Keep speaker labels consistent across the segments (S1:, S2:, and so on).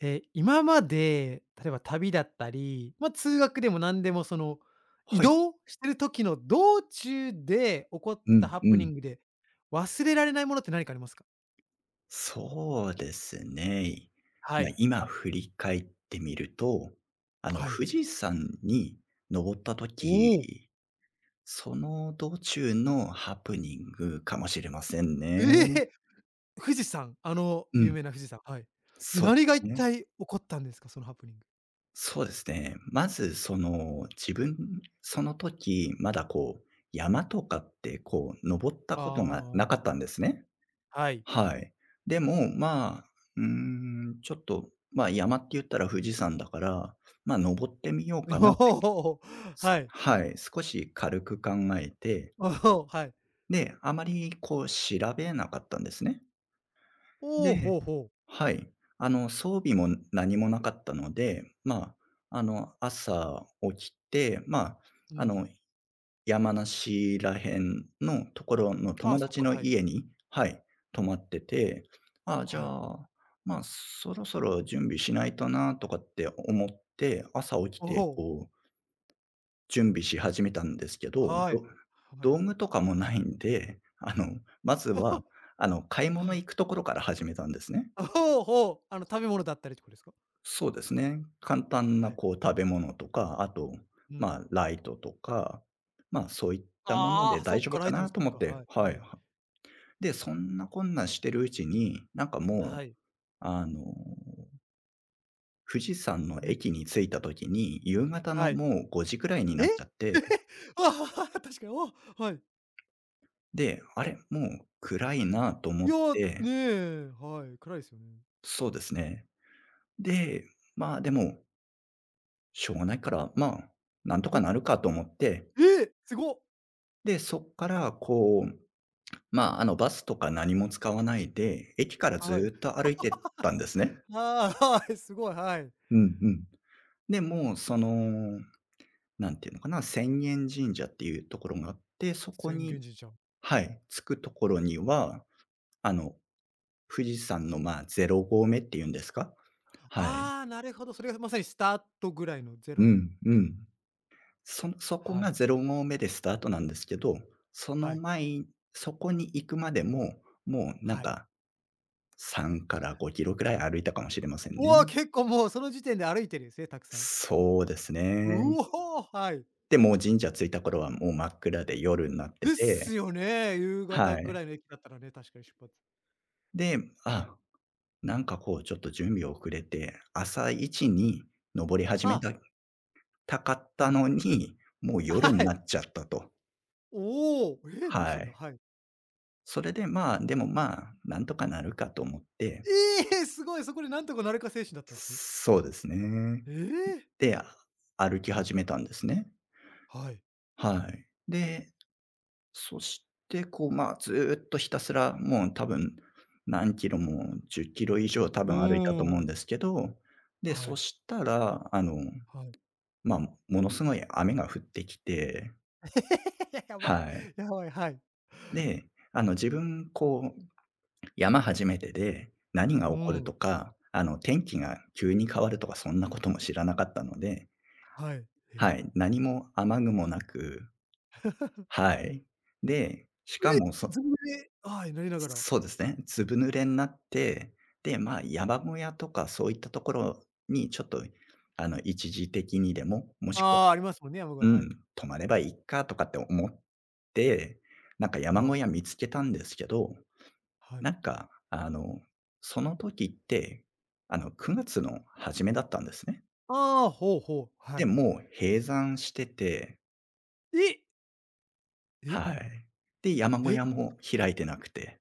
S1: え、今まで、例えば旅だったり、まあ、通学でも何でもその、移
S2: はい。
S1: 動してる時の道中で起こっ
S2: う
S1: た
S2: ん
S1: ハプ
S2: う
S1: ニ
S2: ん。
S1: ングで、忘れられないものって何かありますか？
S2: そうですね。
S1: はい。
S2: 今振り返ってみると、
S1: はい。
S2: 富士山に登った
S1: おお、
S2: 時、その道中のハプニングかもしれません
S1: え
S2: ね。
S1: え！富士山、あの
S2: う
S1: 有
S2: ん、
S1: 名な富士山、はい。で、
S2: そうで
S1: 何が一
S2: すね。
S1: 体起こったんですか？そのハプニング。
S2: そうですね。まず自分その時、まだこう、山とかってこう、登った
S1: あ
S2: ことがな
S1: あ
S2: かっ
S1: あ。
S2: たんですね。
S1: はい。
S2: はい。でも、うーちょっと、まあ、山って言ったら富士山だから、まあ、登ってみよう かなっ
S1: お
S2: て
S1: お、はい。
S2: はい、少し軽く考えて、
S1: おお、はい。
S2: で、あまりこう調べなかったんですね。
S1: おお、
S2: で
S1: ほうほう。
S2: はい、装備も何もなかったので、朝起きて、
S1: う
S2: あ
S1: ん。
S2: の山梨らへんのところの
S1: ああ、
S2: 友
S1: そっ
S2: 達
S1: か、
S2: の
S1: はい。
S2: 家に、はい、泊まってて、ああ、じゃ
S1: はい。
S2: あ、まあ、そろそろ準備しないとなとかって思って、朝起き
S1: お
S2: て
S1: お、
S2: こう準備し始めたんですけど、
S1: はい。は
S2: 道
S1: い。
S2: 具とかもないんで、まずは、買い
S1: は
S2: 物
S1: い。
S2: 行くところから始めたんですね。
S1: あ、ほうほう、あの、食べ物だったりってことですか？
S2: そうですね。簡単
S1: は
S2: な
S1: い、
S2: こう食べ物とか、あと、
S1: うん。
S2: まあ、ライトとか、まあ、そういったもの
S1: あ
S2: で
S1: あ、そ
S2: 大
S1: っ
S2: 丈夫
S1: か、ラ
S2: か
S1: イトも
S2: な
S1: そ
S2: と
S1: っ
S2: 思
S1: か、
S2: っ
S1: は
S2: て、
S1: い
S2: は
S1: は
S2: い。
S1: い、
S2: で、そんなこんなんしてるうちに、なんか
S1: は
S2: もう、
S1: い、
S2: あの、富士山の
S1: え。
S2: 駅に着いた時に、夕方
S1: は
S2: の
S1: い。
S2: もう5時くらいに
S1: え？
S2: なっちゃって、
S1: ああ、確かに、ああ、はい。
S2: で、あれ、もう暗いなと思
S1: い
S2: っ
S1: や、
S2: て
S1: ね、はい、暗いですよね。
S2: そうですね。で、まあ、でも、しょうがないから、まあ、なんとか
S1: え、
S2: なるかと思って、
S1: え！すご。
S2: で、そっからこう、バスとか何も使わないで、駅からず
S1: は
S2: ー
S1: い。
S2: っと歩いてったんですね。
S1: ああ、はい、すごい、はい。
S2: うんうん。で、もうそのなんていうのかな、千円神社っていうところがあって、そこ
S1: 人間
S2: に
S1: ゃん
S2: はい、着くところには、あの、富士山の、まあ、0合目っていうんですか？はい。
S1: ああ、なるほど、それがまさにスタートぐらいのゼ
S2: う
S1: ロの。
S2: んうん。そそこ
S1: はい。
S2: が0合目でスタートなんですけど、そ
S1: は
S2: の
S1: い、
S2: 前そこに行くまでも、もうな
S1: は
S2: ん
S1: い。
S2: か3から5キロくらい歩いたかもしれません
S1: う
S2: ね。
S1: わ、結構もうその時点で歩いてるんですね、たくさん。
S2: そうですね。
S1: うお、はい。
S2: で、もう神社着いた頃はもう真っ暗で夜になって
S1: です
S2: て
S1: よね、夕方
S2: は
S1: ぐ
S2: い。
S1: らいの駅だったらね、確かに出発。
S2: で、あなんかこうちょっと準備遅れて、朝一に登り始め
S1: あ、
S2: たたかっ
S1: は
S2: た
S1: い。
S2: のに、もう
S1: あ、
S2: 夜に
S1: は
S2: な
S1: い。
S2: っちゃったと。
S1: おお、ええ、どうし
S2: は
S1: たんだ？
S2: い。
S1: はい。
S2: それでまあ、でもまあ、なんとかなるかと思って、
S1: ええ、すごい、そこでなんとかなるか精神だったんですね。
S2: そうですね。
S1: ええ、
S2: で、歩き始めたんですね。
S1: はい。
S2: はい。で、そしてこう、まあ、ずーっとひたすらもう多分何キロも10キロ以上多
S1: う
S2: 分歩いたと思う
S1: ーん、
S2: んですけど、で、
S1: は
S2: そ
S1: い、
S2: したら、
S1: はい。
S2: まあ、ものすごい雨が降ってきて、
S1: やばい、
S2: はい。
S1: やばい、はい。
S2: で、自分、こう、山初めてで、何が
S1: う
S2: 起こる
S1: ん、
S2: とか、天気が急に変わるとか、そんなことも知らなかったので、
S1: はい。
S2: は
S1: え。
S2: い、何も雨雲なく、はい。で、しかも、
S1: え、ずぶ濡れはい、なりながら。
S2: そうですね、ずぶ濡れになって、で、まあ、山小屋とかそういったところにちょっと、一時的にでも、もしくは
S1: ああ、ありますもんね、山小屋、
S2: う
S1: は
S2: ん、
S1: い。
S2: 泊まればいいかとかって思って、なんか山
S1: ああ、
S2: 小屋見つけたんですけど、
S1: はい。
S2: なんか、その時って、9月の初めだったんですね。
S1: ああ、ほうほう、は
S2: で、
S1: い。
S2: もう閉山してて
S1: え、え、
S2: はい。で、山小
S1: え、
S2: 屋も開いてなくて。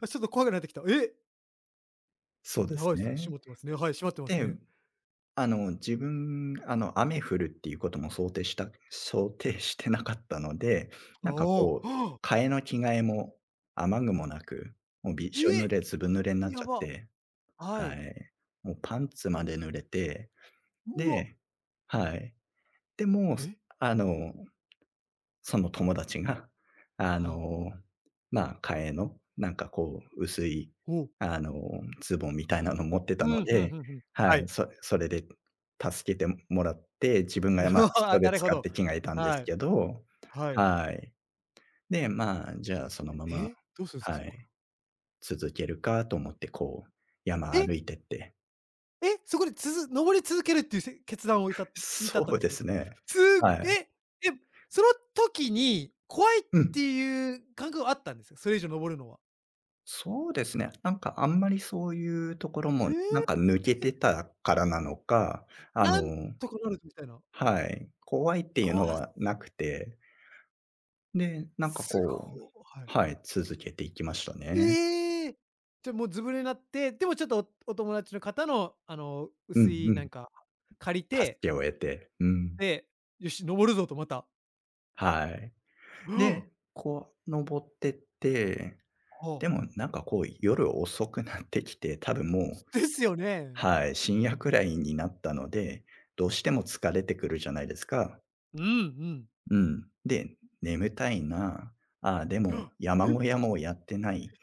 S1: あ、ちょっと怖くなってきた。え、
S2: そうで
S1: や
S2: す
S1: ばいですね、閉
S2: ね。
S1: まってますね。はい、閉まってます
S2: で
S1: ね。
S2: 自分、雨降るっていうことも想定してなかったので、
S1: お
S2: なんか
S1: お、
S2: こ
S1: はあ。
S2: う、替えの着替えも雨具もなく、もうびしょ濡
S1: え！
S2: れ、ずぶ濡れになっ
S1: や
S2: ちゃっ
S1: ば。
S2: て、
S1: は
S2: は
S1: い。
S2: い。もうパンツまで濡れて、
S1: うわ。
S2: ではい。で、もう、
S1: え？
S2: あのその友達が、あ
S1: は
S2: の、まあ、替えの、なんかこう、薄い、
S1: おお。
S2: あの、ズボンみたいなの持ってた
S1: う
S2: の
S1: ん、ふんふ
S2: で、
S1: んふん。
S2: は
S1: は
S2: い、
S1: い。
S2: それで助けてもらって、自分が、まあ、そ
S1: あな
S2: れ
S1: るほ
S2: 使っ
S1: ど。
S2: て着替えたんで
S1: は
S2: す
S1: い、
S2: けど、
S1: はい。
S2: はい。で、まあ、じゃあそのまま、
S1: え、どうするんすか、
S2: は
S1: そこか
S2: い、
S1: ら。
S2: 続けるかと思ってこう、
S1: え、
S2: 山歩いてって。
S1: え、そこで登り続けるっていう決断をに至っ
S2: そ
S1: たん
S2: う
S1: で
S2: で
S1: すね。
S2: すね。
S1: すえ、
S2: はい。
S1: え、その時に怖いっ
S2: う
S1: て
S2: ん。
S1: いう感覚はあったんですか？それ以上登るのは。
S2: そうですね。なんかあんまりそういうところ
S1: え
S2: も、な
S1: え、
S2: んか抜けてたからなのか、あ
S1: なん
S2: の
S1: とかなるみたいな。
S2: はい、怖いっていうの
S1: ああ、
S2: はなくて、で、なんか
S1: す
S2: こう
S1: ごはい。
S2: はい、続けていきましたね。
S1: ええ！じゃ、もうずぶ濡れになって、でもちょっとおお友達の方の、あの、
S2: うん
S1: 薄い
S2: う
S1: な
S2: ん。
S1: んか借り
S2: 助
S1: て、
S2: けを得て、うん。
S1: で、よし、登るぞとまた。
S2: はい。
S1: は
S2: で、こう登ってって、
S1: あ、はあ
S2: でもなんかこう夜遅くなってきて、多分もう
S1: ですよね。
S2: はい、深夜くらいになったので、どうしても
S1: はい。
S2: 疲れてくるじゃないですか。
S1: うん
S2: うん。で、眠たいな。ああ、で
S1: うん。はあ
S2: も山
S1: え、
S2: 小屋もやってない。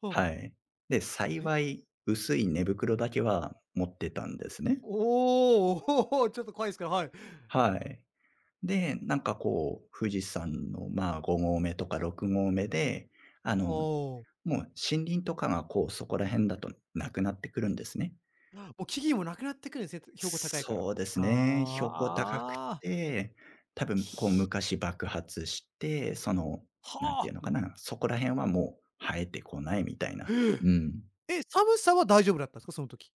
S1: はあ、
S2: はい。で、
S1: え、
S2: 幸い薄い寝袋だけは持ってたんですね。
S1: おお、おちょっと怖いですけど、はい。
S2: はい。で、なんかこう、富士山のまあ5合目とか6合目で、あの、
S1: おお。
S2: もう森林とかがこう、そこら辺だとなくなってくるんですね。
S1: もう木々もなくなってくるんですね、標高高いから。
S2: そうですね。標高高く
S1: ああ、
S2: て、多分こう昔爆発して、その、
S1: は
S2: なんていう
S1: あ。
S2: のかな、そこら辺はもう生えてこないみたいな。うん。
S1: え、寒さは大丈夫だったんですか？その時。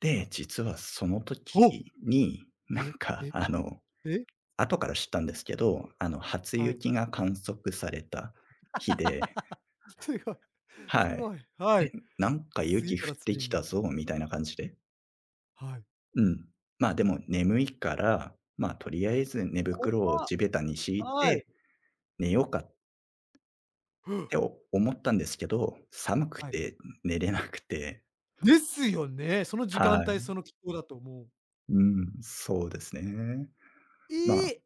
S2: で、実はその時
S1: お、
S2: に、なん
S1: え、
S2: か
S1: え、
S2: あの、
S1: え、
S2: 後から知ったんですけど、初
S1: はい。
S2: 雪が観測された日で、
S1: すごい、す
S2: はい。
S1: ごい、
S2: あ
S1: は
S2: れ、
S1: い。
S2: なんか
S1: 次
S2: 雪降
S1: から
S2: って
S1: 次
S2: き
S1: に、
S2: たぞみたいな感じで。
S1: はい。
S2: うん。まあ、でも眠いから、まあ、とりあえず寝袋を
S1: 怖っ、
S2: 地べたに敷い
S1: はい。
S2: て寝ようかって 思ったんですけど、寒く
S1: はい。
S2: て寝れなくて、
S1: ですよね、その時間
S2: は
S1: 帯、そ
S2: い。
S1: の気候だともう。
S2: うん、そうですね。
S1: え
S2: まあ、
S1: え！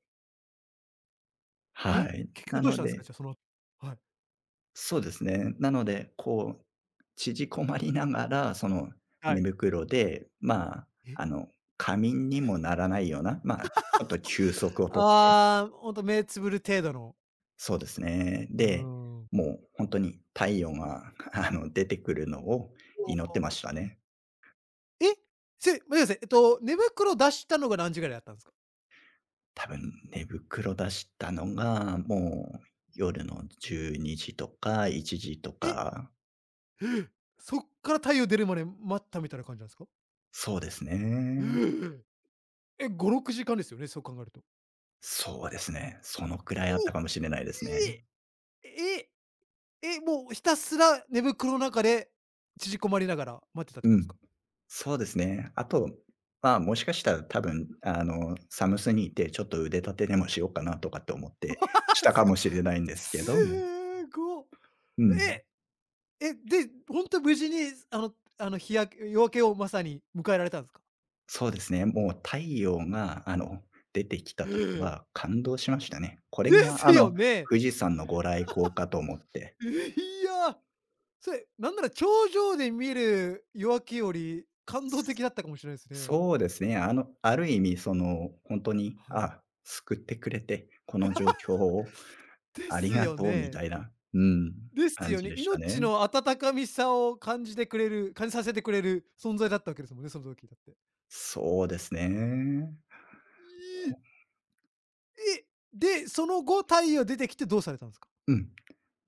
S2: は
S1: え、
S2: い。
S1: 結局
S2: な
S1: どうし
S2: の
S1: たんですか？じ
S2: で
S1: ゃあ、その後はい、
S2: そうですね。なので、こう、縮こまりながら、その
S1: は
S2: 寝
S1: い。
S2: 袋で、
S1: え、
S2: あの、仮眠にもならないような、まあ、ちょっと休息をとって
S1: ああ、ほんと目つぶる程度の、
S2: そうですね。
S1: うー
S2: で、
S1: ん。
S2: もう本当に太陽が 出てくるのを祈ってましたね。
S1: え、せ待ってください、寝袋出したのが何時ぐらいだったんですか？
S2: 多分寝袋出したのが、もう夜の12時とか1時と
S1: え、
S2: か、
S1: そっから太陽出るまで待ったみたいな感じなんですか？
S2: そうですね。
S1: え、5、6時間ですよね、そう考えると。
S2: そうですね。そのくらいあっ
S1: お、
S2: たかもしれないですね。
S1: え！え、え、もうひたすら寝袋の中で縮こまりながら待ってたってこ
S2: う
S1: とです
S2: ん。
S1: か？
S2: そうですね。あと、まあ、もしかしたら多分、寒すぎてちょっと腕立てでもしようかなとかって思ってし
S1: あ、
S2: た
S1: す
S2: か
S1: ご
S2: もしれないんですけど、
S1: すご。
S2: うん。
S1: え、え、で、ほんと無事にあの日焼け夜明けをまさに迎えられたんですか？
S2: そうですね、もう太陽が、出てき
S1: え
S2: たとき
S1: え
S2: は感動し
S1: は
S2: ま
S1: い。
S2: したね。これ
S1: で
S2: が、
S1: すよね。
S2: 富士山のご来光かと思って。
S1: いや、それ、なんなら頂上で見る夜明けより感動的だったかもしれないですね。
S2: そうですね、ある意味、その、本当に、
S1: はい。
S2: あ、救ってくれて、この状況を
S1: で
S2: あり
S1: す
S2: が
S1: よ
S2: とうみ
S1: ね。
S2: たいな、うん、
S1: です
S2: 感
S1: よ
S2: じ
S1: ね。
S2: でした
S1: 命
S2: ね。
S1: の温かみさを感じてくれる感じさせてくれる存在だったわけですもんね、その時だって。
S2: そうですね。
S1: いい。え、で、その後、太陽出てきてどうされたんですか？
S2: うん。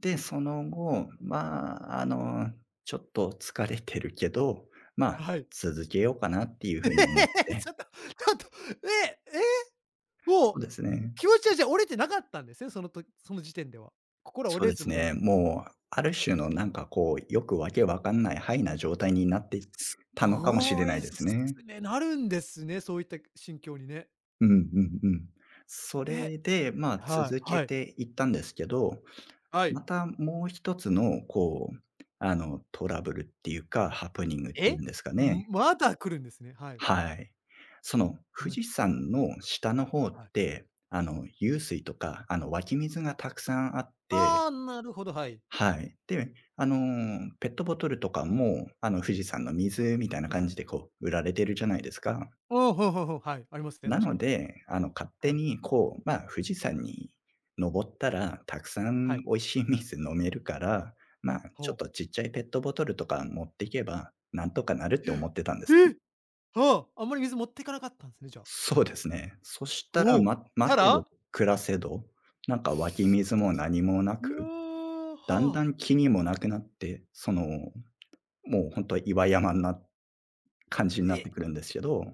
S2: で、その後、ちょっと疲れてるけど、まあ、
S1: はい。
S2: 続けようかなっていうふうに思っ
S1: え、ちょ
S2: て
S1: っとちょっと、え、え、
S2: そう
S1: も
S2: です
S1: う、
S2: ね。
S1: 気持ちはじゃあ折れてなかったんですね、そのとその時点では。心は
S2: そ
S1: 折
S2: う
S1: れ
S2: で
S1: ず、
S2: す
S1: も
S2: ね。
S1: う、
S2: もう、ある種のなんかこう、よくわけわかんないハイな状態になってた
S1: す
S2: のかもしれ
S1: ご
S2: な
S1: い
S2: い
S1: っ
S2: ですね。
S1: すね、なるんですね、そういった心境にね。
S2: うんうんうん。そ
S1: え、
S2: れで、まあ、
S1: は
S2: 続
S1: い、
S2: け
S1: はい。
S2: ていったんですけど、
S1: はい。
S2: またもう一つのこう、トラブルっていうか、ハプニングってい
S1: え？
S2: うんですかね。
S1: まだ来るんですね。はい。
S2: はい。その
S1: なん
S2: 富
S1: で
S2: 士
S1: す
S2: 山の下の方
S1: か？
S2: っ
S1: はい。
S2: て、湧水とか、湧き水がたくさんあって
S1: ああ、なるほど、はい。
S2: はい。で、ペットボトルとかも、富士山の水みたいな感じで、こう、売られてるじゃないですか。
S1: おお、ほうほうほう、はい、ありますね、
S2: な
S1: 確か
S2: の
S1: に。
S2: で、勝
S1: は
S2: 手
S1: い。
S2: に、こう、まあ、富士山に登ったら、たくさ
S1: は
S2: ん
S1: い。
S2: 美味しい水飲めるから、まあ、ち
S1: ほ
S2: ょっ
S1: う。
S2: とちっちゃいペットボトルとか持っていけば、なんとかなるって思ってたんです
S1: え
S2: ね。
S1: え！はあ、あんまり水持ってかなかったんですね、じゃあ。
S2: そうですね。そしたら、
S1: おお、
S2: ま
S1: た
S2: 待てど
S1: ら
S2: 暮らせど、なんか湧き水も何もな
S1: いや、
S2: く、だんだ
S1: はあ。
S2: ん木にもなくなって、もう本当岩山になっ感じになって
S1: え、
S2: くるんですけど、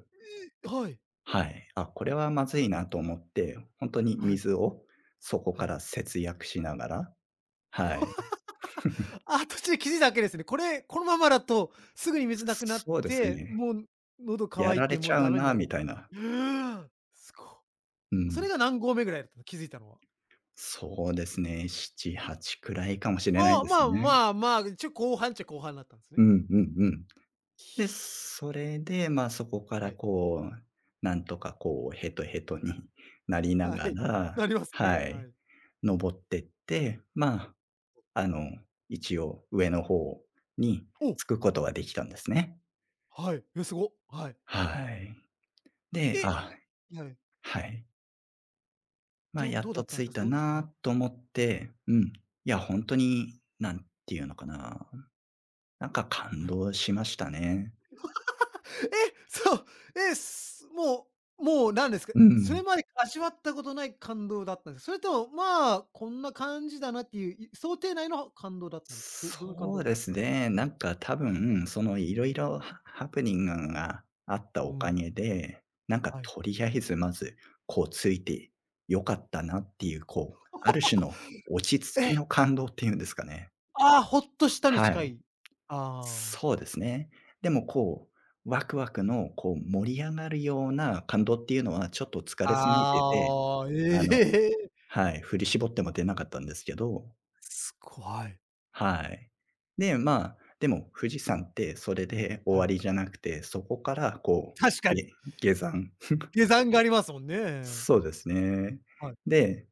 S1: はい、
S2: はい。あ、これはまずいなと思って、本当に
S1: はい、
S2: 水をそこ
S1: は
S2: か
S1: い。
S2: ら節約しながら、はい。
S1: あ、途中で気づいたわけですね。これ、このままだとすぐに水なくなっ
S2: そうです
S1: て、
S2: ね。
S1: もう喉
S2: や
S1: 乾い
S2: られ
S1: ても
S2: ち
S1: う
S2: ゃう
S1: ダメにな
S2: な
S1: るみ
S2: み
S1: たい。
S2: たいな。
S1: ええすご。
S2: う
S1: そ
S2: ん。
S1: れが何合目ぐらいだったの？気づいたのは。
S2: そうですね、7、8くらいかもしれな
S1: あ
S2: い
S1: あ、
S2: で
S1: ま
S2: す
S1: あ
S2: ね。
S1: まあまあ、一応後半っちゃ後半だったんですね。
S2: うんうんうん。で、それで、ま、そこか
S1: は
S2: ら
S1: い。
S2: こう、なんとかこうヘトヘトになりな
S1: は
S2: が
S1: い。
S2: ら、
S1: なりますね、
S2: は
S1: は
S2: い、
S1: い。
S2: 登ってって、まああの、一応上の方に
S1: お、
S2: 着くことはできたんですね。
S1: はい。え、すご。はい。
S2: はい。で、
S1: え！
S2: あ、
S1: はい。
S2: はい。まあ、
S1: ど
S2: や
S1: ど
S2: っ
S1: うだっ
S2: と
S1: たんで
S2: 着
S1: すか？
S2: いた
S1: そうそうはい、
S2: なと思っ
S1: はい、
S2: て、うん。いや、本んになんていうのかな、なんか感
S1: はい。
S2: 動しましたね。
S1: え！そう、え、すもうなんですか、
S2: う
S1: それ
S2: ん。
S1: まで味わったことない感動だったんですか？それとも、まあ、こんな感じだなっていう、想定内の感動だったんですか？どどんな感動
S2: そ
S1: だっ
S2: う
S1: たん
S2: で
S1: です
S2: す
S1: か
S2: ね。なんか多分、いろいろハプニングがあった
S1: う
S2: おか
S1: ん、
S2: げで、なんか
S1: はい。
S2: とりあえずまず、こうついて良かったなっていう、こう、ある種の 落ち着き
S1: え、
S2: の感動っていうんですかね。
S1: ああ、ほっとしたに
S2: は
S1: 近
S2: い。
S1: い。ああ。
S2: そうですね。でもこう、ワクワクのこう盛り上がるような感動っていうのはちょっと疲れすぎてて、
S1: ああ、
S2: あの
S1: ええ。
S2: はい、振り絞っても出なかったんですけど
S1: すごい。
S2: はい。で、まあ、でも富士山ってそれで終
S1: は
S2: わ
S1: い。
S2: りじゃなくて、そこからこ
S1: 確か
S2: う、
S1: に。
S2: 下山。
S1: 下山がありますもんね。
S2: そうですね。
S1: はい。
S2: で、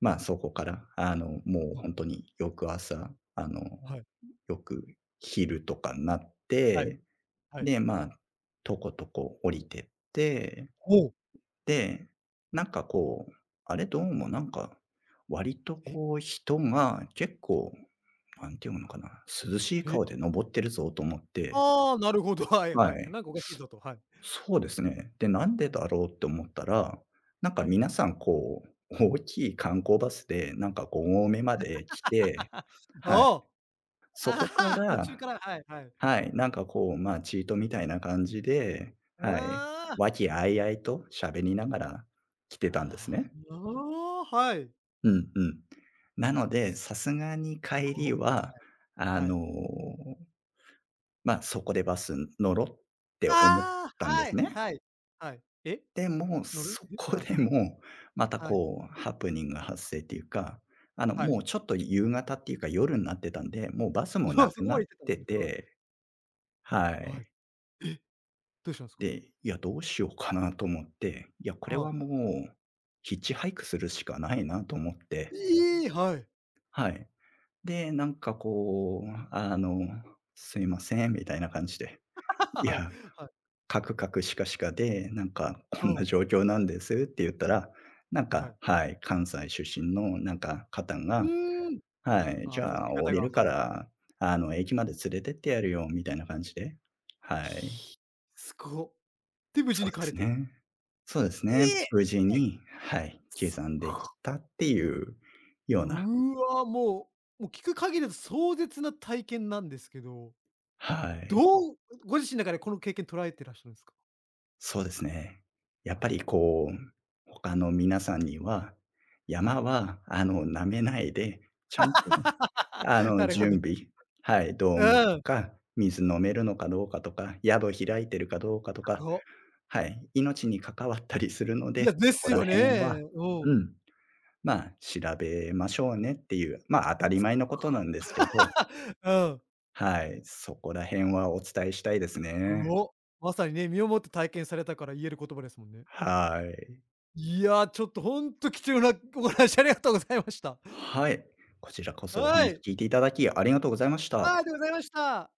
S2: まあ、そこから、もう
S1: あ、
S2: 本当に翌朝、
S1: はい。
S2: よく昼とかになっ
S1: はい。
S2: て、
S1: はい。
S2: で、まあ、とことこ降りてって
S1: おお。
S2: で、なんかこう、あれどうもなんか、割と
S1: え、
S2: こう人が結構、なんていうのかな、涼しい
S1: え。
S2: 顔で登ってるぞと思って
S1: ああ、なるほど。はい
S2: は
S1: はい。
S2: い。
S1: なんかおかしいぞと。はい。
S2: そうですね。で、なんでだろうって思ったら、なんか
S1: はい。
S2: 皆さんこう、大きい観光バスでなんか5合目まで来て、は
S1: お
S2: い。
S1: お。あ
S2: そこか
S1: あ、途中か
S2: ら
S1: ら、はいはい。
S2: はい、なんかこう、まあ、チートみたいな感じで、はい、
S1: ああ。
S2: 和気あいあいと喋りながら来てたんです
S1: ああ、
S2: ね。
S1: おお、はい。
S2: うんうん。なので、
S1: す
S2: さすがに帰り
S1: ご、
S2: は、
S1: はい。
S2: あ
S1: はい。
S2: の、まあ、そこでバス乗ろうって思っ
S1: ああ、
S2: たんで
S1: は
S2: す
S1: い
S2: ね。
S1: はい。はい。え、
S2: でも、
S1: 乗る？
S2: そ
S1: え、
S2: こ
S1: はい。
S2: でも、また
S1: はい。
S2: こうハプニング発生っていうか、
S1: はい。
S2: もうちょっと夕方っていうか夜になってたんで、もうバスも な
S1: あ、そ
S2: く
S1: こ
S2: なっ
S1: まで行ってたんで
S2: て
S1: すね。はい。
S2: て、は
S1: はい。
S2: い。
S1: え、どうしたんすか？
S2: で、いや、どうしようかなと思って、いや、これ
S1: は
S2: はも
S1: い。
S2: うヒッチハイクするしかないなと思って、
S1: ええ、はい。
S2: はい。で、なんかこう、すいませんみたいな感じで、い
S1: はい。
S2: や、
S1: はい。
S2: カクカクシカシカで、なんか
S1: あ
S2: こんな
S1: あ、
S2: 状況なんですって言ったら、なん
S1: は
S2: か、
S1: い。
S2: はい、関西出身のなんか方
S1: う
S2: が、
S1: ーん。
S2: はい、
S1: あ
S2: じ
S1: あ、優し
S2: ゃ
S1: い
S2: あ降
S1: 方
S2: り
S1: が、
S2: るか
S1: はい。
S2: ら、駅まで連れてってやるよみたいな感じで、はい、
S1: すごっ。で、無事
S2: そう
S1: に帰
S2: で
S1: れ
S2: す
S1: て。
S2: ね。そうです
S1: え
S2: ね。
S1: え！
S2: 無事
S1: え、
S2: に、はい、下山でき
S1: こ
S2: たっていうような、
S1: うわ、もう聞く限りだと壮絶な体験なんですけど、
S2: はい。
S1: どうご自身の中でこの経験捉えてらっしゃるんですか？
S2: そうですね。やっ
S1: はい。
S2: ぱりこう、他の皆さんには、
S1: は
S2: 山
S1: い。
S2: は舐めないで、ちゃんと
S1: なるほど。
S2: 準備、はい、道
S1: う
S2: 具と
S1: ん、
S2: か、水飲めるのかどうかとか、宿開いてるかどうかとか、
S1: ごっ。
S2: はい、命に関わったりするの
S1: いや、
S2: で、
S1: で
S2: そこ
S1: す
S2: ら
S1: よ
S2: 辺
S1: ね。
S2: は、
S1: うん。
S2: うん、まあ、調べましょうねっていう、まあ、当たり前のことなんですけど、
S1: うん。
S2: はい、そこら辺はお伝えしたいですね。
S1: ごっ。まさにね、身をもって体験されたから言える言葉ですもんね。
S2: はい。
S1: いや、ちょっとほんと貴重なお話ありがとうございました。
S2: はい。こちらこそお
S1: は
S2: 話
S1: い。
S2: 聞いていただきありがとうございました。
S1: ああ、ありがとうございました。